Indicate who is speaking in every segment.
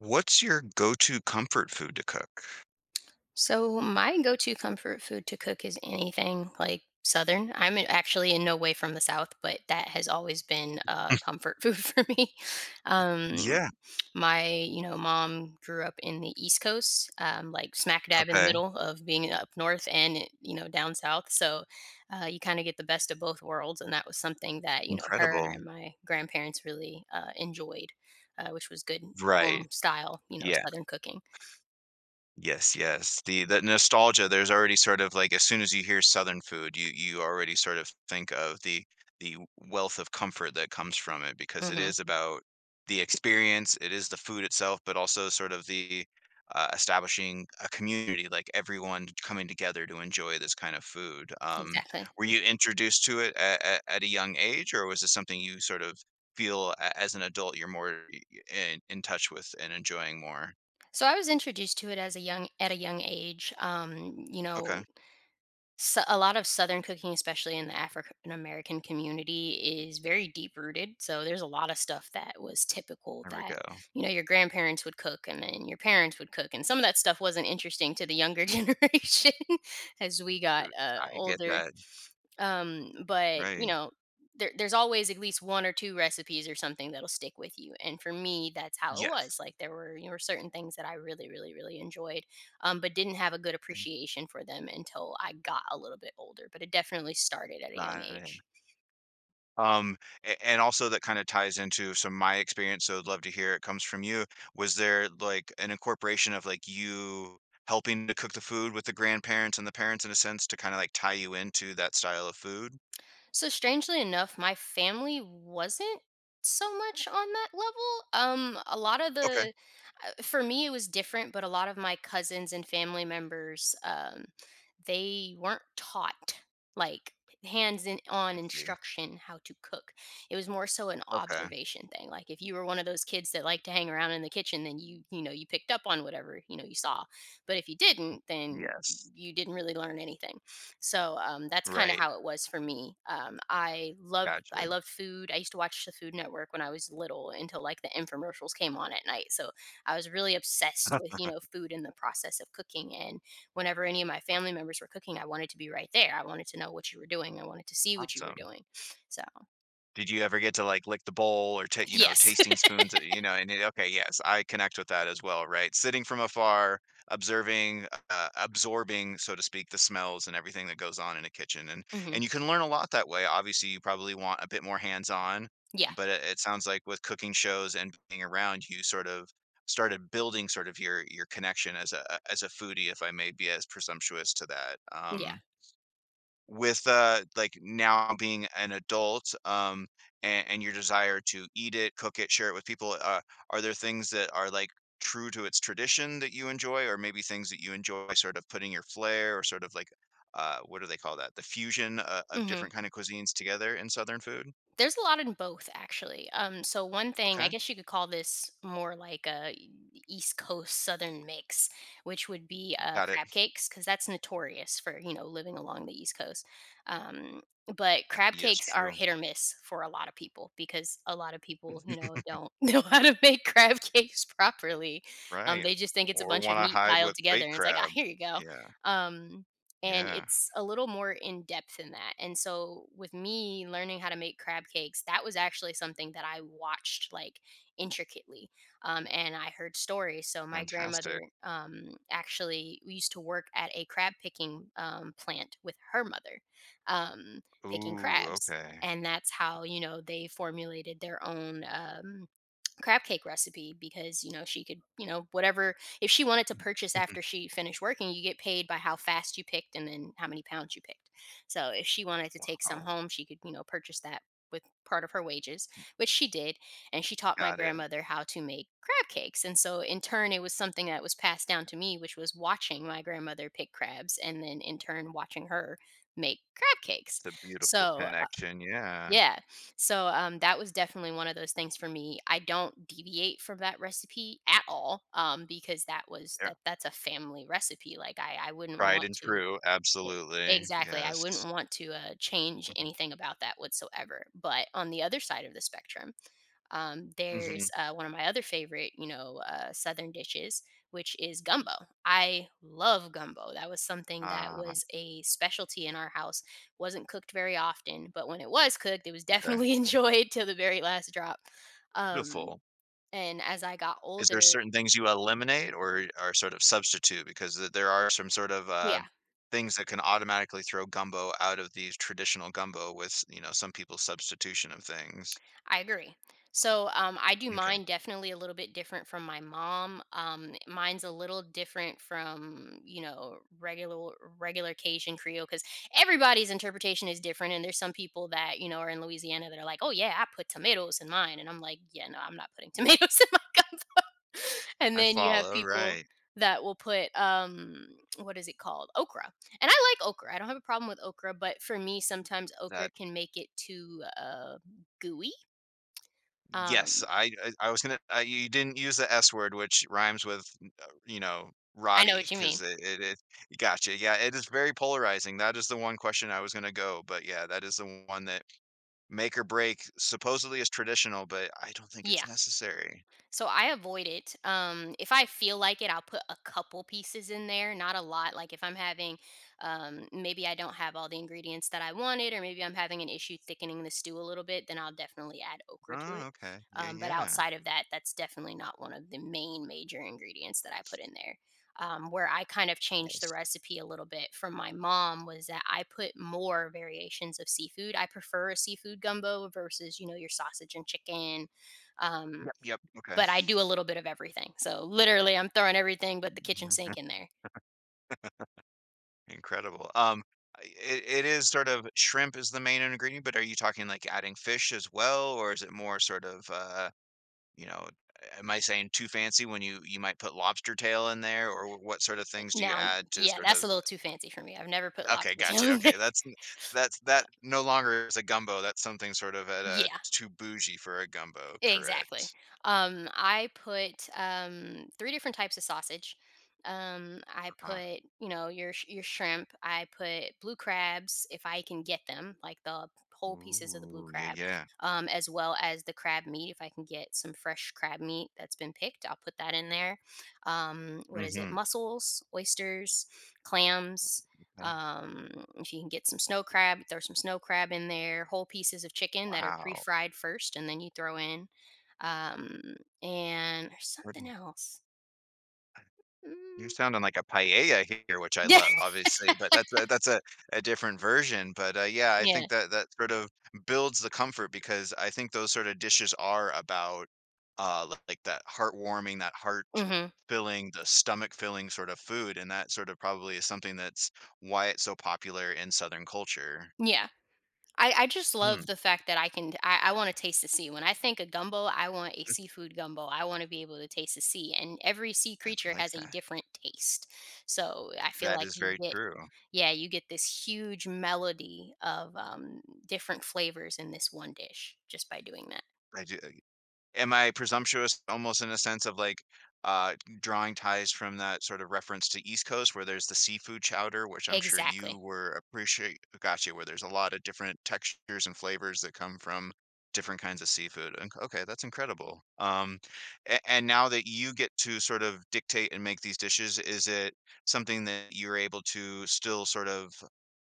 Speaker 1: What's your go-to comfort food to cook?
Speaker 2: So my go-to comfort food to cook is anything like Southern. Actually in no way from the South, but that has always been a comfort food for me. Um,
Speaker 1: Yeah,
Speaker 2: my, mom grew up in the East Coast, like smack dab in the
Speaker 1: okay,
Speaker 2: middle of being up north and down south. So you kind of get the best of both worlds, and that was something that her
Speaker 1: incredible.
Speaker 2: and my grandparents really enjoyed, which was good
Speaker 1: Right,
Speaker 2: home style,
Speaker 1: yeah.
Speaker 2: Southern cooking.
Speaker 1: Yes, yes. The nostalgia, there's already sort of like as soon as you hear Southern food, you already sort of think of the wealth of comfort that comes from it because it
Speaker 2: hmm
Speaker 1: is about the experience, it is the food itself, but also sort of the establishing a community, like everyone coming together to enjoy this kind of food.
Speaker 2: exactly.
Speaker 1: Were you introduced to it at a young age, or was this something you sort of feel as an adult you're more in touch with and enjoying more?
Speaker 2: So I was introduced to it as a young at a young age.
Speaker 1: Okay,
Speaker 2: So a lot of Southern cooking, especially in the African American community, is very deep rooted. So there's a lot of stuff that was typical
Speaker 1: there we
Speaker 2: that
Speaker 1: go.
Speaker 2: your grandparents would cook, and then your parents would cook, and some of that stuff wasn't interesting to the younger generation as we got
Speaker 1: Right, I get
Speaker 2: older.
Speaker 1: that,
Speaker 2: Um, but you
Speaker 1: right.
Speaker 2: know, there's always at least one or two recipes or something that'll stick with you. And for me, that's how it
Speaker 1: Yes,
Speaker 2: was. Like there were certain things that I really, really, really enjoyed, but didn't have a good appreciation for them until I got a little bit older. But it definitely started at a young
Speaker 1: got it.
Speaker 2: age.
Speaker 1: Um, a and also that kinda ties into some of my experience, so I'd love to hear it comes from you. Was there, like, an incorporation of, like, you helping to cook the food with the grandparents and the parents in a sense to kinda, like, tie you into that style of food?
Speaker 2: So strangely enough, my family wasn't so much on that level. A lot of
Speaker 1: Okay,
Speaker 2: the for me it was different, but a lot of my cousins and family members they weren't taught like on
Speaker 1: I see.
Speaker 2: instruction how to cook. It was more so an
Speaker 1: Okay.
Speaker 2: observation thing. Like if you were one of those kids that like to hang around in the kitchen then you picked up on whatever, you saw. But if you didn't, then
Speaker 1: Yes.
Speaker 2: you didn't really learn anything. So, that's kinda
Speaker 1: Right,
Speaker 2: how it was for me.
Speaker 1: gotcha.
Speaker 2: I loved food. I used to watch the Food Network when I was little until, like, the infomercials came on at night, so I was really obsessed with, food and the process of cooking, and whenever any of my family members were cooking, I wanted to be right there. I wanted to know what you were doing. I wanted to see what you were
Speaker 1: Awesome.
Speaker 2: doing. So
Speaker 1: Did you ever get to, like, lick the bowl or
Speaker 2: yes.
Speaker 1: tasting spoons, and it okay, yes, I connect with that as well, right? Sitting from afar, observing, absorbing, so to speak, the smells and everything that goes on in a kitchen, and
Speaker 2: Mhm.
Speaker 1: and you can learn a lot that way. Obviously, you probably want a bit more hands-on,
Speaker 2: Yeah.
Speaker 1: but it sounds like with cooking shows and being around, you sort of started building sort of your connection as a foodie, if I may be as presumptuous to that,
Speaker 2: Yeah.
Speaker 1: with like now being an adult and your desire to eat it cook it share it with people are there things that are like true to its tradition that you enjoy or maybe things that you enjoy sort of putting your flair or sort of like what do they call that the fusion of different
Speaker 2: Mhm.
Speaker 1: kind of cuisines together in Southern food.
Speaker 2: There's a lot in both actually. So one thing, I
Speaker 1: Okay,
Speaker 2: guess you could call this more like a East Coast Southern mix, which would be
Speaker 1: got it.
Speaker 2: crab cakes, because that's notorious for living along the East Coast. Um, but crab
Speaker 1: Yes,
Speaker 2: cakes are
Speaker 1: true.
Speaker 2: hit or miss for a lot of people because a lot of people don't know how to make crab cakes properly.
Speaker 1: Right.
Speaker 2: They just think it's a
Speaker 1: Or
Speaker 2: bunch of
Speaker 1: want to
Speaker 2: meat
Speaker 1: hide
Speaker 2: piled
Speaker 1: with
Speaker 2: together,
Speaker 1: baked
Speaker 2: and it's like ah,
Speaker 1: crab.
Speaker 2: here you go.
Speaker 1: Yeah,
Speaker 2: Um, and
Speaker 1: yeah,
Speaker 2: it's a little more in depth than that. And so with me learning how to make crab cakes, that was actually something that I watched like intricately, and I heard stories. So my
Speaker 1: fantastic.
Speaker 2: grandmother actually used to work at a crab picking plant with her mother, um, picking
Speaker 1: Ooh,
Speaker 2: crabs.
Speaker 1: okay.
Speaker 2: And that's how they formulated their own crab cake recipe because she could whatever if she wanted to purchase after she finished working. You get paid by how fast you picked and then how many pounds you picked. So if she wanted to take some
Speaker 1: Wow.
Speaker 2: home she could purchase that with part of her wages, which she did. And she taught my
Speaker 1: Got it.
Speaker 2: grandmother how to make crab cakes, and so in turn it was something that was passed down to me, which was watching my grandmother pick crabs and then in turn watching her make crab cakes.
Speaker 1: It's a beautiful
Speaker 2: So
Speaker 1: connection, yeah.
Speaker 2: yeah. So that was definitely one of those things for me. I don't deviate from that recipe at all because that was
Speaker 1: Yeah,
Speaker 2: that that's a family recipe. Like I wouldn't
Speaker 1: tried
Speaker 2: want
Speaker 1: and
Speaker 2: to
Speaker 1: true,
Speaker 2: e-
Speaker 1: absolutely,
Speaker 2: exactly. I wouldn't
Speaker 1: yes.
Speaker 2: want to change
Speaker 1: Mhm,
Speaker 2: anything about that whatsoever. But on the other side of the spectrum,
Speaker 1: mhm,
Speaker 2: there's one of my other favorite, southern dishes, which is gumbo. I love gumbo. That was something that
Speaker 1: ah,
Speaker 2: was a specialty in our house. Wasn't cooked very often, but when it was cooked, it was
Speaker 1: okay,
Speaker 2: definitely enjoyed till the very last drop. Um,
Speaker 1: beautiful.
Speaker 2: and as I got
Speaker 1: Is there
Speaker 2: older,
Speaker 1: certain things you eliminate or are sort of substitute? Because th there are some sort of,
Speaker 2: yeah,
Speaker 1: things that can automatically throw gumbo out of the traditional gumbo with, some people's substitution of things.
Speaker 2: I agree. So I do
Speaker 1: Okay.
Speaker 2: mine definitely a little bit different from my mom. Mine's a little different from regular Cajun Creole because everybody's interpretation is different. And there's some people that are in Louisiana that are like, oh yeah, I put tomatoes in mine, and I'm like, yeah, no, I'm not putting tomatoes in my cup. And
Speaker 1: I
Speaker 2: then you have
Speaker 1: follow,
Speaker 2: people
Speaker 1: right.
Speaker 2: that will put what is it called, okra. And I like okra, I don't have a problem with okra, but for me sometimes okra
Speaker 1: That
Speaker 2: can make it too gooey. um,
Speaker 1: Yes, I was gonna I you didn't use the S word, which rhymes with, uh, you know,
Speaker 2: I know
Speaker 1: Roddy
Speaker 2: what you
Speaker 1: because
Speaker 2: mean.
Speaker 1: it gotcha, yeah, it is very polarizing. That is the one question I was gonna go, but yeah, that is the one that make or break supposedly is traditional, but I don't think it's
Speaker 2: Yeah.
Speaker 1: necessary.
Speaker 2: So I avoid it. If I feel like it, I'll put a couple pieces in there, not a lot. Like if I'm having, maybe I don't have all the ingredients that I wanted, or maybe I'm having an issue thickening the stew a little bit, then I'll definitely add okra to
Speaker 1: Oh,
Speaker 2: it.
Speaker 1: okay, yeah,
Speaker 2: But
Speaker 1: yeah,
Speaker 2: outside of that, that's definitely not one of the main major ingredients that I put in there. Where I kind of changed the
Speaker 1: nice.
Speaker 2: recipe a little bit from my mom was that I put more variations of seafood. I prefer a seafood gumbo versus, your sausage and chicken. Um,
Speaker 1: Yep, yep, okay.
Speaker 2: but I do a little bit of everything. So literally, I'm throwing everything but the kitchen
Speaker 1: Mhm.
Speaker 2: sink in there.
Speaker 1: Incredible, I it it is sort of shrimp is the main ingredient, but are you talking, like, adding fish as well, or is it more sort of, you know, am I saying too fancy when you might put lobster tail in there, or wh what sort of things do you
Speaker 2: Now,
Speaker 1: add to
Speaker 2: yeah,
Speaker 1: sort
Speaker 2: that's a
Speaker 1: of.
Speaker 2: little too fancy for me. I've never put
Speaker 1: Okay,
Speaker 2: lobster tail
Speaker 1: gotcha,
Speaker 2: in there.
Speaker 1: okay, that's
Speaker 2: Uh,
Speaker 1: that no longer is a gumbo, that's something sort of at a
Speaker 2: yeah.
Speaker 1: too bougie for a gumbo,
Speaker 2: Exactly.
Speaker 1: correct.
Speaker 2: I put three different types of sausage. I
Speaker 1: uh
Speaker 2: put, your shrimp. I put blue crabs if I can get them, like the whole pieces of the blue
Speaker 1: Ooh, yeah,
Speaker 2: crab,
Speaker 1: yeah.
Speaker 2: as well as the crab meat. If I can get some fresh crab meat that's been picked, I'll put that in there. What is it?
Speaker 1: Mhm.
Speaker 2: Mussels, oysters, clams.
Speaker 1: Okay.
Speaker 2: Um, if you can get some snow crab, throw some snow crab in there. Whole pieces of chicken that are
Speaker 1: Wow.
Speaker 2: pre-fried first, and then you throw in um, and there's something else.
Speaker 1: You're
Speaker 2: Mm.
Speaker 1: sounding like a paella here, which I
Speaker 2: Yeah,
Speaker 1: love, obviously, but that's a different version, but, yeah, I
Speaker 2: yeah.
Speaker 1: think that that sort of builds the comfort because I think those sort of dishes are about, li like, that heartwarming, that
Speaker 2: Mhm.
Speaker 1: heart-filling, the stomach-filling sort of food, and that sort of probably is something that's why it's so popular in Southern culture.
Speaker 2: Yeah. I just
Speaker 1: Hmm,
Speaker 2: love the fact that I can I wanna taste the sea. When I think of gumbo, I want a seafood gumbo. I wanna be able to taste the sea, and every sea
Speaker 1: I
Speaker 2: creature
Speaker 1: like
Speaker 2: has a
Speaker 1: that.
Speaker 2: different taste. So, I feel
Speaker 1: That
Speaker 2: like
Speaker 1: is
Speaker 2: you
Speaker 1: very
Speaker 2: get
Speaker 1: true.
Speaker 2: yeah, you get this huge melody of, different flavors in this one dish just by doing that.
Speaker 1: I do am I presumptuous almost in a sense of like uh drawing ties from that sort of reference to East Coast where there's the seafood chowder, which I'm sure you
Speaker 2: Exactly.
Speaker 1: were appreciate gotcha, where there's a lot of different textures and flavors that come from different kinds of seafood. Okay, that's incredible. And now that you get to sort of dictate and make these dishes, is it something that you're able to still sort of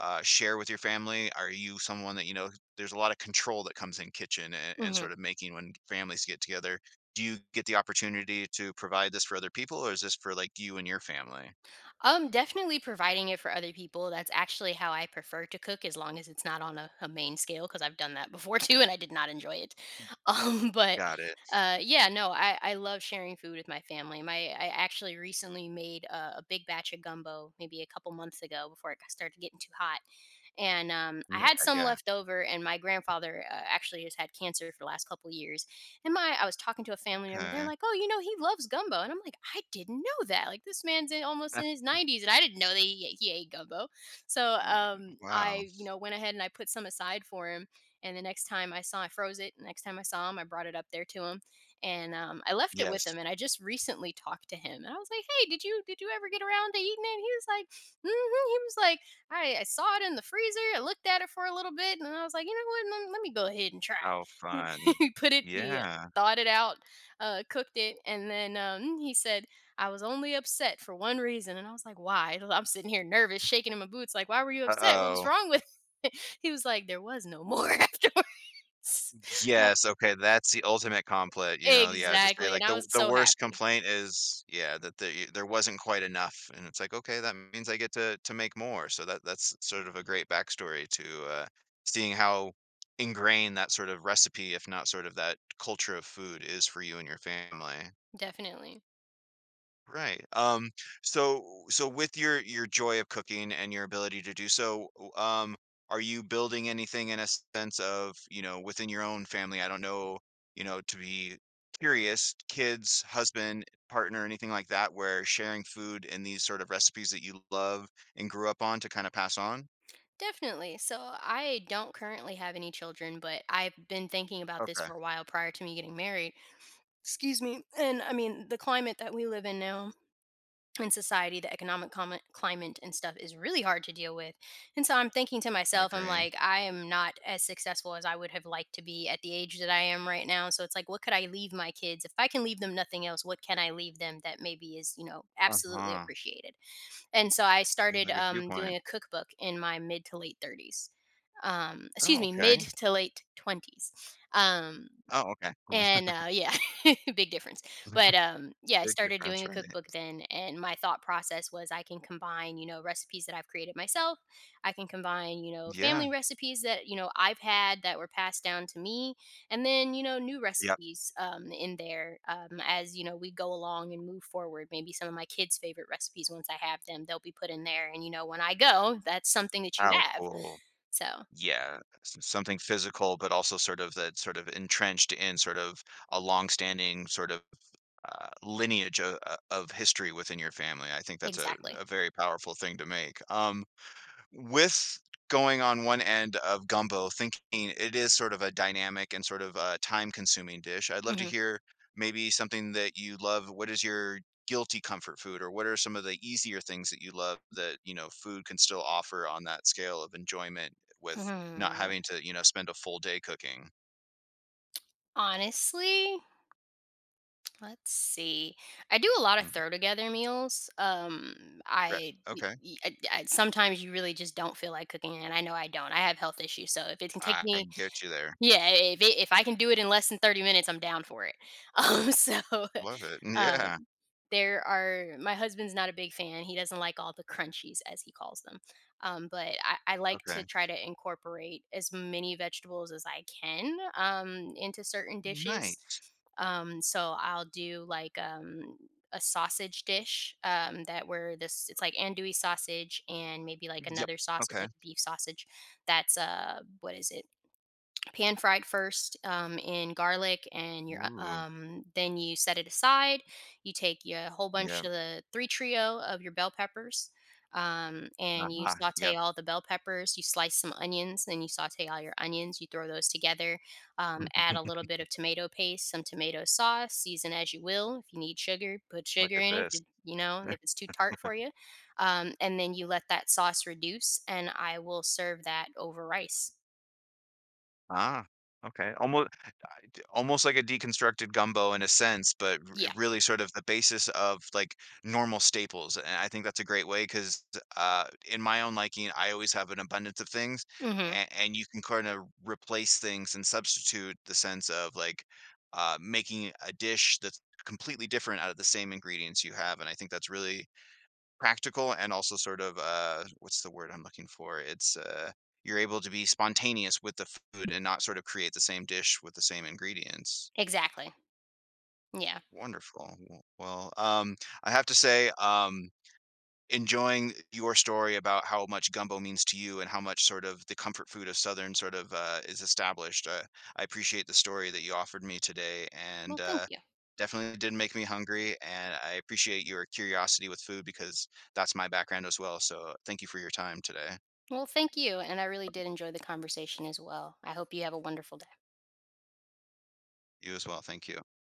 Speaker 1: share with your family? Are you someone that there's a lot of control that comes in kitchen and
Speaker 2: Mhm.
Speaker 1: sort of making when families get together. Do you get the opportunity to provide this for other people, or is this for like you and your family?
Speaker 2: Definitely providing it for other people. That's actually how I prefer to cook, as long as it's not on a main scale, because I've done that before too, and I did not enjoy it. But
Speaker 1: Got it.
Speaker 2: yeah, no, I love sharing food with my family. My I actually recently made a big batch of gumbo, maybe a couple months ago, before started getting too hot, and I
Speaker 1: Yeah.
Speaker 2: had some
Speaker 1: Yeah.
Speaker 2: left over. And my grandfather actually has had cancer for the last couple years, and I was talking to a family member. They're
Speaker 1: Okay.
Speaker 2: like, "Oh, you know, he loves gumbo," and I'm like, "I didn't know that. Like, this man's in almost in his 90s, and I didn't know that he ate gumbo." So,
Speaker 1: Wow.
Speaker 2: you know, went ahead and I put some aside for him. And the next time I saw, I froze it. The next time I saw him, I brought it up there to him, and I left it with
Speaker 1: Yes.
Speaker 2: him. And I just recently talked to him, and I was like, "Hey, did you ever get around to eating it?" And he was like, he was like, I saw it in the freezer. I looked at it for a little bit, and I was like, you know what? Let me go ahead and try
Speaker 1: How
Speaker 2: it.
Speaker 1: fun.
Speaker 2: He put it. He
Speaker 1: Yeah.
Speaker 2: thawed it out, cooked it, and then he said, "I was only upset for one reason," and I was like, "Why?" I'm sitting here nervous, shaking in my boots, like, "Why were you
Speaker 1: Uh
Speaker 2: upset? What was
Speaker 1: oh.
Speaker 2: wrong with it?" He was like, "There was no more afterwards." Uh,
Speaker 1: Yes, okay, that's the ultimate complaint, yeah, to say,
Speaker 2: exactly,
Speaker 1: like,
Speaker 2: and I
Speaker 1: the
Speaker 2: was
Speaker 1: the
Speaker 2: so
Speaker 1: worst
Speaker 2: happy.
Speaker 1: complaint is, yeah, that there wasn't quite enough, and it's like, okay, that means I get to make more, so that that's sort of a great backstory to, seeing how ingrained that sort of recipe, if not sort of that culture of food is for you and your family.
Speaker 2: Definitely.
Speaker 1: Right. So with your joy of cooking and your ability to do so, are you building anything in a sense of, within your own family? I don't know, to be curious, kids, husband, partner, anything like that, where sharing food and these sort of recipes that you love and grew up on to kind of pass on?
Speaker 2: Definitely. So I don't currently have any children, but I've been thinking about this
Speaker 1: Okay,
Speaker 2: for a while prior to me getting married. Excuse me. And I mean, the climate that we live in now in society, the climate and stuff is really hard to deal with. And so I'm thinking to
Speaker 1: I
Speaker 2: myself, I'm
Speaker 1: agree.
Speaker 2: like, I am not as successful as I would have liked to be at the age that I am right now. So it's like, what could I leave my kids? If I can leave them nothing else, what can I leave them that maybe is you know absolutely
Speaker 1: Uh-huh.
Speaker 2: appreciated. And so I
Speaker 1: What
Speaker 2: started
Speaker 1: a good viewpoint.
Speaker 2: doing a cookbook in my mid to late 30s,
Speaker 1: Oh,
Speaker 2: excuse me, mid
Speaker 1: okay.
Speaker 2: to late 20s. um,
Speaker 1: Oh, okay.
Speaker 2: yeah, big difference. But, yeah, I
Speaker 1: Big
Speaker 2: started
Speaker 1: difference,
Speaker 2: doing a
Speaker 1: right?
Speaker 2: cookbook then, and my thought process was I can combine, you know, recipes that I've created myself. I can combine, you know,
Speaker 1: Yeah.
Speaker 2: family recipes that, you know, I've had that were passed down to me, and then, you know, new
Speaker 1: Yep.
Speaker 2: recipes in there as, you know, we go along and move forward. Maybe some of my kids' favorite recipes, once I have them, they'll be put in there. And, you know, when I go, that's something that you
Speaker 1: How
Speaker 2: have.
Speaker 1: cool.
Speaker 2: So,
Speaker 1: Yeah, s something physical, but also sort of that sort of entrenched in sort of a longstanding sort of, lineage of history within your family. I think that's a
Speaker 2: exactly.
Speaker 1: a very powerful thing to make. With going on one end of gumbo, thinking it is sort of a dynamic and sort of a time-consuming dish, I'd love to
Speaker 2: hmm
Speaker 1: hear maybe something that you love. What is your guilty comfort food, or what are some of the easier things that you love that, food can still offer on that scale of enjoyment with not
Speaker 2: Hmm.
Speaker 1: having to, spend a full day cooking?
Speaker 2: Honestly, let's see. I do a lot of
Speaker 1: Mhm.
Speaker 2: throw together meals.
Speaker 1: Right.
Speaker 2: I, y-
Speaker 1: Okay.
Speaker 2: y- I- sometimes you really just don't feel like cooking, and I know I don't. I have health issues, so if it can take
Speaker 1: I
Speaker 2: me,
Speaker 1: get you there.
Speaker 2: yeah, if I can do it in less than 30 minutes, I'm down for it. Um, so
Speaker 1: Love it. Mm,
Speaker 2: uh,
Speaker 1: yeah.
Speaker 2: there are my husband's not a big fan. He doesn't like all the crunchies as he calls them. I like to
Speaker 1: Okay.
Speaker 2: try to incorporate as many vegetables as I can into certain dishes,
Speaker 1: Nice.
Speaker 2: so I'll do like a sausage dish that where this it's like andouille sausage and maybe like
Speaker 1: Yep.
Speaker 2: another sausage,
Speaker 1: Okay.
Speaker 2: like beef sausage. That's what is it? Pan fried first in garlic and your
Speaker 1: Ooh.
Speaker 2: then you set it aside. You take your whole bunch
Speaker 1: Yep.
Speaker 2: of the three trio of your bell peppers, and you
Speaker 1: Yep.
Speaker 2: saute all the bell peppers. You slice some onions, then you saute all your onions, you throw those together, add a little bit of tomato paste, some tomato sauce, season as you will. If you need sugar, put
Speaker 1: Look
Speaker 2: sugar
Speaker 1: at
Speaker 2: in it,
Speaker 1: this.
Speaker 2: you know, if it's too tart for you, and then you let that sauce reduce, and I will serve that over rice.
Speaker 1: Ah, okay. Almost like a deconstructed gumbo in a sense, but r-
Speaker 2: Yeah.
Speaker 1: really sort of the basis of like normal staples. And I think that's a great way because in my own liking, I always have an abundance of things,
Speaker 2: hmm
Speaker 1: and you can kind of replace things and substitute the sense of like making a dish that's completely different out of the same ingredients you have. And I think that's really practical and also sort of, what's the word I'm looking for? It's, you're able to be spontaneous with the food and not sort of create the same dish with the same ingredients.
Speaker 2: Exactly. Yeah.
Speaker 1: Wonderful. Well, I have to say, enjoying your story about how much gumbo means to you and how much sort of the comfort food of Southern sort of is established. I appreciate the story that you offered me today, and
Speaker 2: Well, thank you.
Speaker 1: definitely did make me hungry. And I appreciate your curiosity with food because that's my background as well. So thank you for your time today.
Speaker 2: Well, thank you, and I really did enjoy the conversation as well. I hope you have a wonderful day.
Speaker 1: You as well. Thank you.